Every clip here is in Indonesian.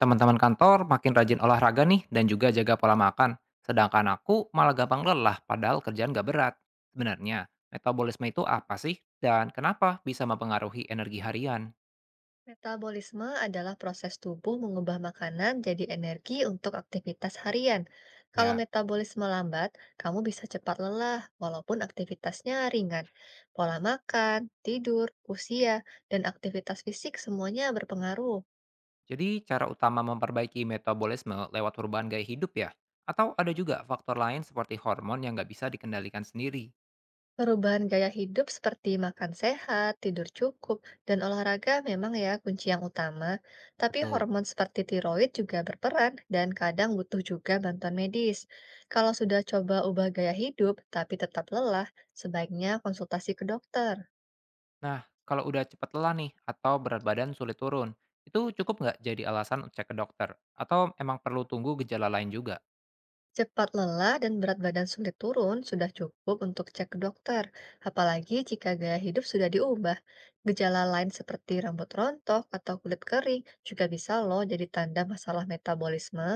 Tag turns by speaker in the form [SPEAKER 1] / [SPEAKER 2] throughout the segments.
[SPEAKER 1] Teman-teman kantor makin rajin olahraga nih dan juga jaga pola makan, sedangkan aku malah gampang lelah padahal kerjaan gak berat. Sebenarnya, metabolisme itu apa sih dan kenapa bisa mempengaruhi energi harian?
[SPEAKER 2] Metabolisme adalah proses tubuh mengubah makanan jadi energi untuk aktivitas harian. Kalau
[SPEAKER 1] Ya,
[SPEAKER 2] metabolisme lambat, kamu bisa cepat lelah walaupun aktivitasnya ringan. Pola makan, tidur, usia, dan aktivitas fisik semuanya berpengaruh.
[SPEAKER 1] jadi cara utama memperbaiki metabolisme lewat perubahan gaya hidup ya? Atau ada juga faktor lain seperti hormon yang nggak bisa dikendalikan sendiri?
[SPEAKER 2] Perubahan gaya hidup seperti makan sehat, tidur cukup, dan olahraga memang ya kunci yang utama. Tapi
[SPEAKER 1] Betul.
[SPEAKER 2] hormon seperti tiroid juga berperan dan kadang butuh juga bantuan medis. Kalau sudah coba ubah gaya hidup tapi tetap lelah, sebaiknya konsultasi ke dokter.
[SPEAKER 1] Nah, kalau udah cepat lelah nih atau berat badan sulit turun, itu cukup nggak jadi alasan cek ke dokter? Atau emang perlu tunggu gejala lain juga?
[SPEAKER 2] Cepat lelah dan berat badan sulit turun sudah cukup untuk cek ke dokter, apalagi jika gaya hidup sudah diubah. Gejala lain seperti rambut rontok atau kulit kering juga bisa loh jadi tanda masalah metabolisme.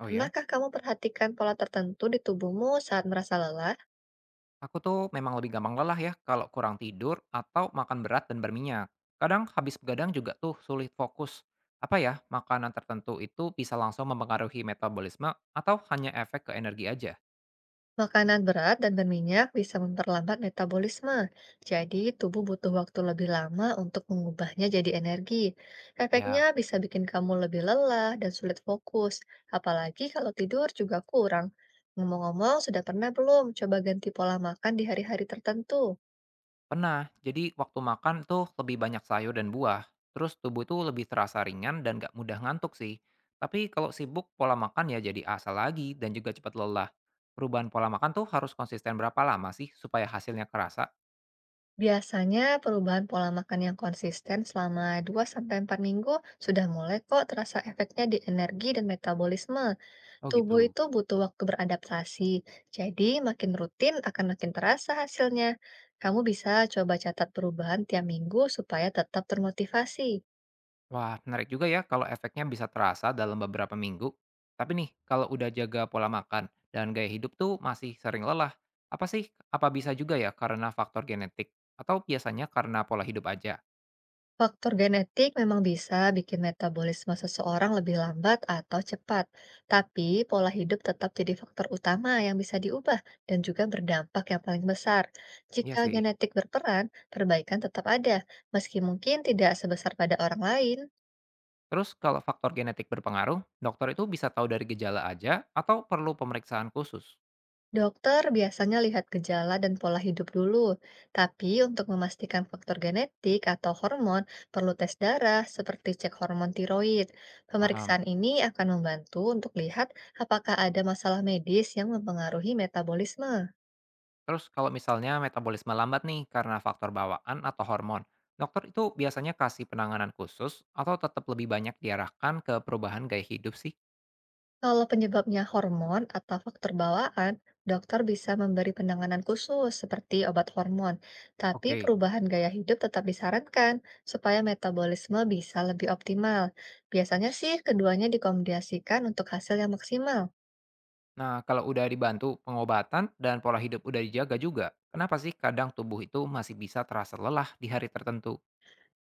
[SPEAKER 1] Oh ya?
[SPEAKER 2] Pernahkah kamu perhatikan pola tertentu di tubuhmu saat merasa lelah?
[SPEAKER 1] Aku tuh memang lebih gampang lelah ya kalau kurang tidur atau makan berat dan berminyak. Kadang habis begadang juga tuh sulit fokus. Apa ya, makanan tertentu itu bisa langsung mempengaruhi metabolisme atau hanya efek ke energi aja?
[SPEAKER 2] Makanan berat dan berminyak bisa memperlambat metabolisme, jadi tubuh butuh waktu lebih lama untuk mengubahnya jadi energi. Efeknya
[SPEAKER 1] Ya.
[SPEAKER 2] bisa bikin kamu lebih lelah dan sulit fokus, apalagi kalau tidur juga kurang. Ngomong-ngomong, sudah pernah belum coba ganti pola makan di hari-hari tertentu?
[SPEAKER 1] Pernah, jadi waktu makan tuh lebih banyak sayur dan buah. Terus tubuh tuh lebih terasa ringan dan gak mudah ngantuk sih. Tapi kalau sibuk, pola makan ya jadi asal lagi dan juga cepat lelah. Perubahan pola makan tuh harus konsisten berapa lama sih supaya hasilnya kerasa?
[SPEAKER 2] Biasanya perubahan pola makan yang konsisten selama dua sampai empat minggu sudah mulai kok terasa efeknya di energi dan metabolisme.
[SPEAKER 1] Oh
[SPEAKER 2] Tubuh
[SPEAKER 1] gitu.
[SPEAKER 2] itu butuh waktu beradaptasi, jadi makin rutin akan makin terasa hasilnya. Kamu bisa coba catat perubahan tiap minggu supaya tetap termotivasi.
[SPEAKER 1] Wah, menarik juga ya kalau efeknya bisa terasa dalam beberapa minggu. Tapi nih, kalau udah jaga pola makan dan gaya hidup tuh masih sering lelah, apa sih? Apa bisa juga ya karena faktor genetik? Atau biasanya karena pola hidup aja?
[SPEAKER 2] Faktor genetik memang bisa bikin metabolisme seseorang lebih lambat atau cepat, tapi pola hidup tetap jadi faktor utama yang bisa diubah dan juga berdampak yang paling besar.
[SPEAKER 1] Iya
[SPEAKER 2] Jika
[SPEAKER 1] sih.
[SPEAKER 2] genetik berperan, perbaikan tetap ada, meski mungkin tidak sebesar pada orang lain.
[SPEAKER 1] Terus kalau faktor genetik berpengaruh, dokter itu bisa tahu dari gejala aja atau perlu pemeriksaan khusus?
[SPEAKER 2] Dokter biasanya lihat gejala dan pola hidup dulu, tapi untuk memastikan faktor genetik atau hormon, perlu tes darah seperti cek hormon tiroid.
[SPEAKER 1] Paham.
[SPEAKER 2] Pemeriksaan ini akan membantu untuk lihat apakah ada masalah medis yang mempengaruhi metabolisme.
[SPEAKER 1] Terus kalau misalnya metabolisme lambat nih karena faktor bawaan atau hormon, dokter itu biasanya kasih penanganan khusus atau tetap lebih banyak diarahkan ke perubahan gaya hidup sih?
[SPEAKER 2] Kalau penyebabnya hormon atau faktor bawaan, dokter bisa memberi penanganan khusus seperti obat hormon, tapi
[SPEAKER 1] Oke.
[SPEAKER 2] perubahan gaya hidup tetap disarankan supaya metabolisme bisa lebih optimal. Biasanya sih keduanya dikombinasikan untuk hasil yang maksimal.
[SPEAKER 1] Nah, kalau udah dibantu pengobatan dan pola hidup udah dijaga juga, kenapa sih kadang tubuh itu masih bisa terasa lelah di hari tertentu?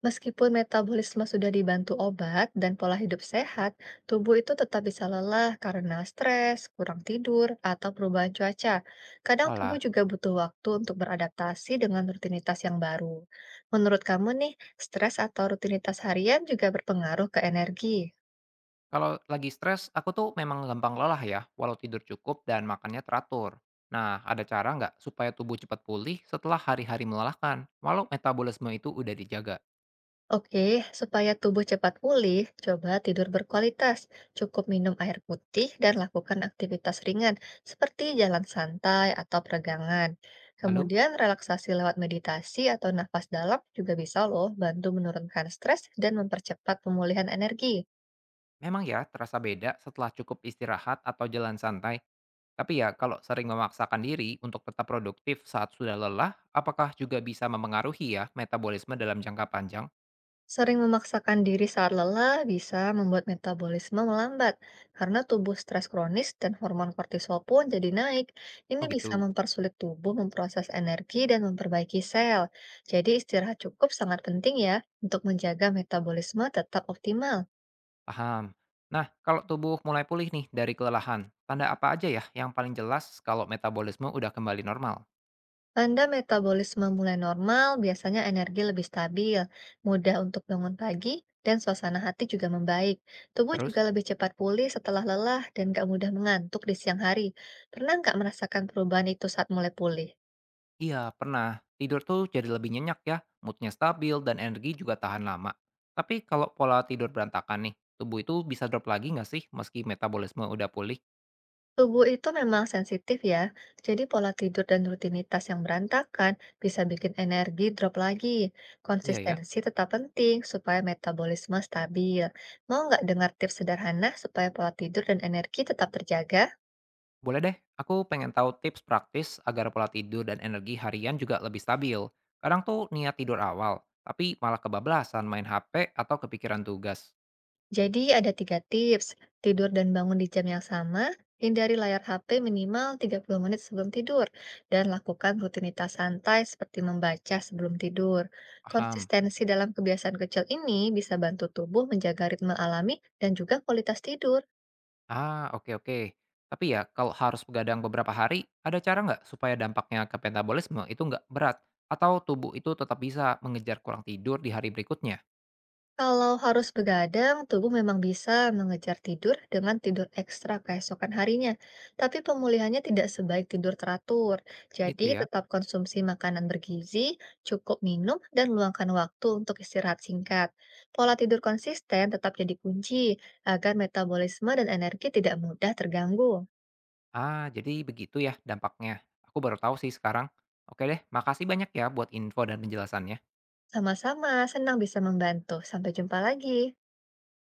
[SPEAKER 2] Meskipun metabolisme sudah dibantu obat dan pola hidup sehat, tubuh itu tetap bisa lelah karena stres, kurang tidur, atau perubahan cuaca. Kadang tubuh
[SPEAKER 1] Olah.
[SPEAKER 2] juga butuh waktu untuk beradaptasi dengan rutinitas yang baru. Menurut kamu nih, stres atau rutinitas harian juga berpengaruh ke energi?
[SPEAKER 1] Kalau lagi stres, aku tuh memang gampang lelah ya, walau tidur cukup dan makannya teratur. Nah, ada cara nggak supaya tubuh cepat pulih setelah hari-hari melelahkan, walau metabolisme itu udah dijaga?
[SPEAKER 2] Oke, supaya tubuh cepat pulih, coba tidur berkualitas. Cukup minum air putih dan lakukan aktivitas ringan seperti jalan santai atau peregangan.
[SPEAKER 1] Lalu,
[SPEAKER 2] Kemudian relaksasi lewat meditasi atau nafas dalam juga bisa loh bantu menurunkan stres dan mempercepat pemulihan energi.
[SPEAKER 1] memang ya terasa beda setelah cukup istirahat atau jalan santai? Tapi ya, kalau sering memaksakan diri untuk tetap produktif saat sudah lelah, apakah juga bisa memengaruhi ya metabolisme dalam jangka panjang?
[SPEAKER 2] Sering memaksakan diri saat lelah bisa membuat metabolisme melambat karena tubuh stres kronis dan hormon kortisol pun jadi naik. Ini
[SPEAKER 1] Oh
[SPEAKER 2] bisa
[SPEAKER 1] gitu,
[SPEAKER 2] mempersulit tubuh memproses energi dan memperbaiki sel. Jadi istirahat cukup sangat penting ya untuk menjaga metabolisme tetap optimal.
[SPEAKER 1] paham. Nah, kalau tubuh mulai pulih nih dari kelelahan, tanda apa aja ya yang paling jelas kalau metabolisme udah kembali normal?
[SPEAKER 2] Tanda metabolisme mulai normal, biasanya energi lebih stabil, mudah untuk bangun pagi, dan suasana hati juga membaik. Tubuh juga
[SPEAKER 1] Terus?
[SPEAKER 2] lebih cepat pulih setelah lelah dan gak mudah mengantuk di siang hari. Pernah nggak merasakan perubahan itu saat mulai pulih?
[SPEAKER 1] Iya, pernah. Tidur tuh jadi lebih nyenyak ya, moodnya stabil dan energi juga tahan lama. Tapi kalau pola tidur berantakan nih, tubuh itu bisa drop lagi nggak sih meski metabolisme udah pulih?
[SPEAKER 2] Tubuh itu memang sensitif ya, jadi pola tidur dan rutinitas yang berantakan bisa bikin energi drop lagi.
[SPEAKER 1] Iya ya.
[SPEAKER 2] Konsistensi tetap penting supaya metabolisme stabil. Mau nggak dengar tips sederhana supaya pola tidur dan energi tetap terjaga?
[SPEAKER 1] Boleh deh, aku pengen tahu tips praktis agar pola tidur dan energi harian juga lebih stabil. Kadang tuh niat tidur awal, tapi malah kebablasan main HP atau kepikiran tugas.
[SPEAKER 2] Jadi ada tiga tips. Tidur dan bangun di jam yang sama, hindari layar HP minimal 30 menit sebelum tidur, dan lakukan rutinitas santai seperti membaca sebelum tidur.
[SPEAKER 1] Paham.
[SPEAKER 2] Konsistensi dalam kebiasaan kecil ini bisa bantu tubuh menjaga ritme alami dan juga kualitas tidur.
[SPEAKER 1] Ah, oke oke. Tapi ya, kalau harus begadang beberapa hari, ada cara nggak supaya dampaknya ke metabolisme itu nggak berat? Atau tubuh itu tetap bisa mengejar kurang tidur di hari berikutnya?
[SPEAKER 2] Kalau harus begadang, tubuh memang bisa mengejar tidur dengan tidur ekstra keesokan harinya, tapi pemulihannya tidak sebaik tidur teratur.
[SPEAKER 1] Gitu
[SPEAKER 2] Jadi,
[SPEAKER 1] ya.
[SPEAKER 2] tetap konsumsi makanan bergizi, cukup minum, dan luangkan waktu untuk istirahat singkat. Pola tidur konsisten tetap jadi kunci agar metabolisme dan energi tidak mudah terganggu.
[SPEAKER 1] Ah, jadi begitu ya dampaknya. Aku baru tahu sih sekarang. Oke deh, makasih banyak ya buat info dan penjelasannya.
[SPEAKER 2] Sama-sama, senang bisa membantu. Sampai jumpa lagi.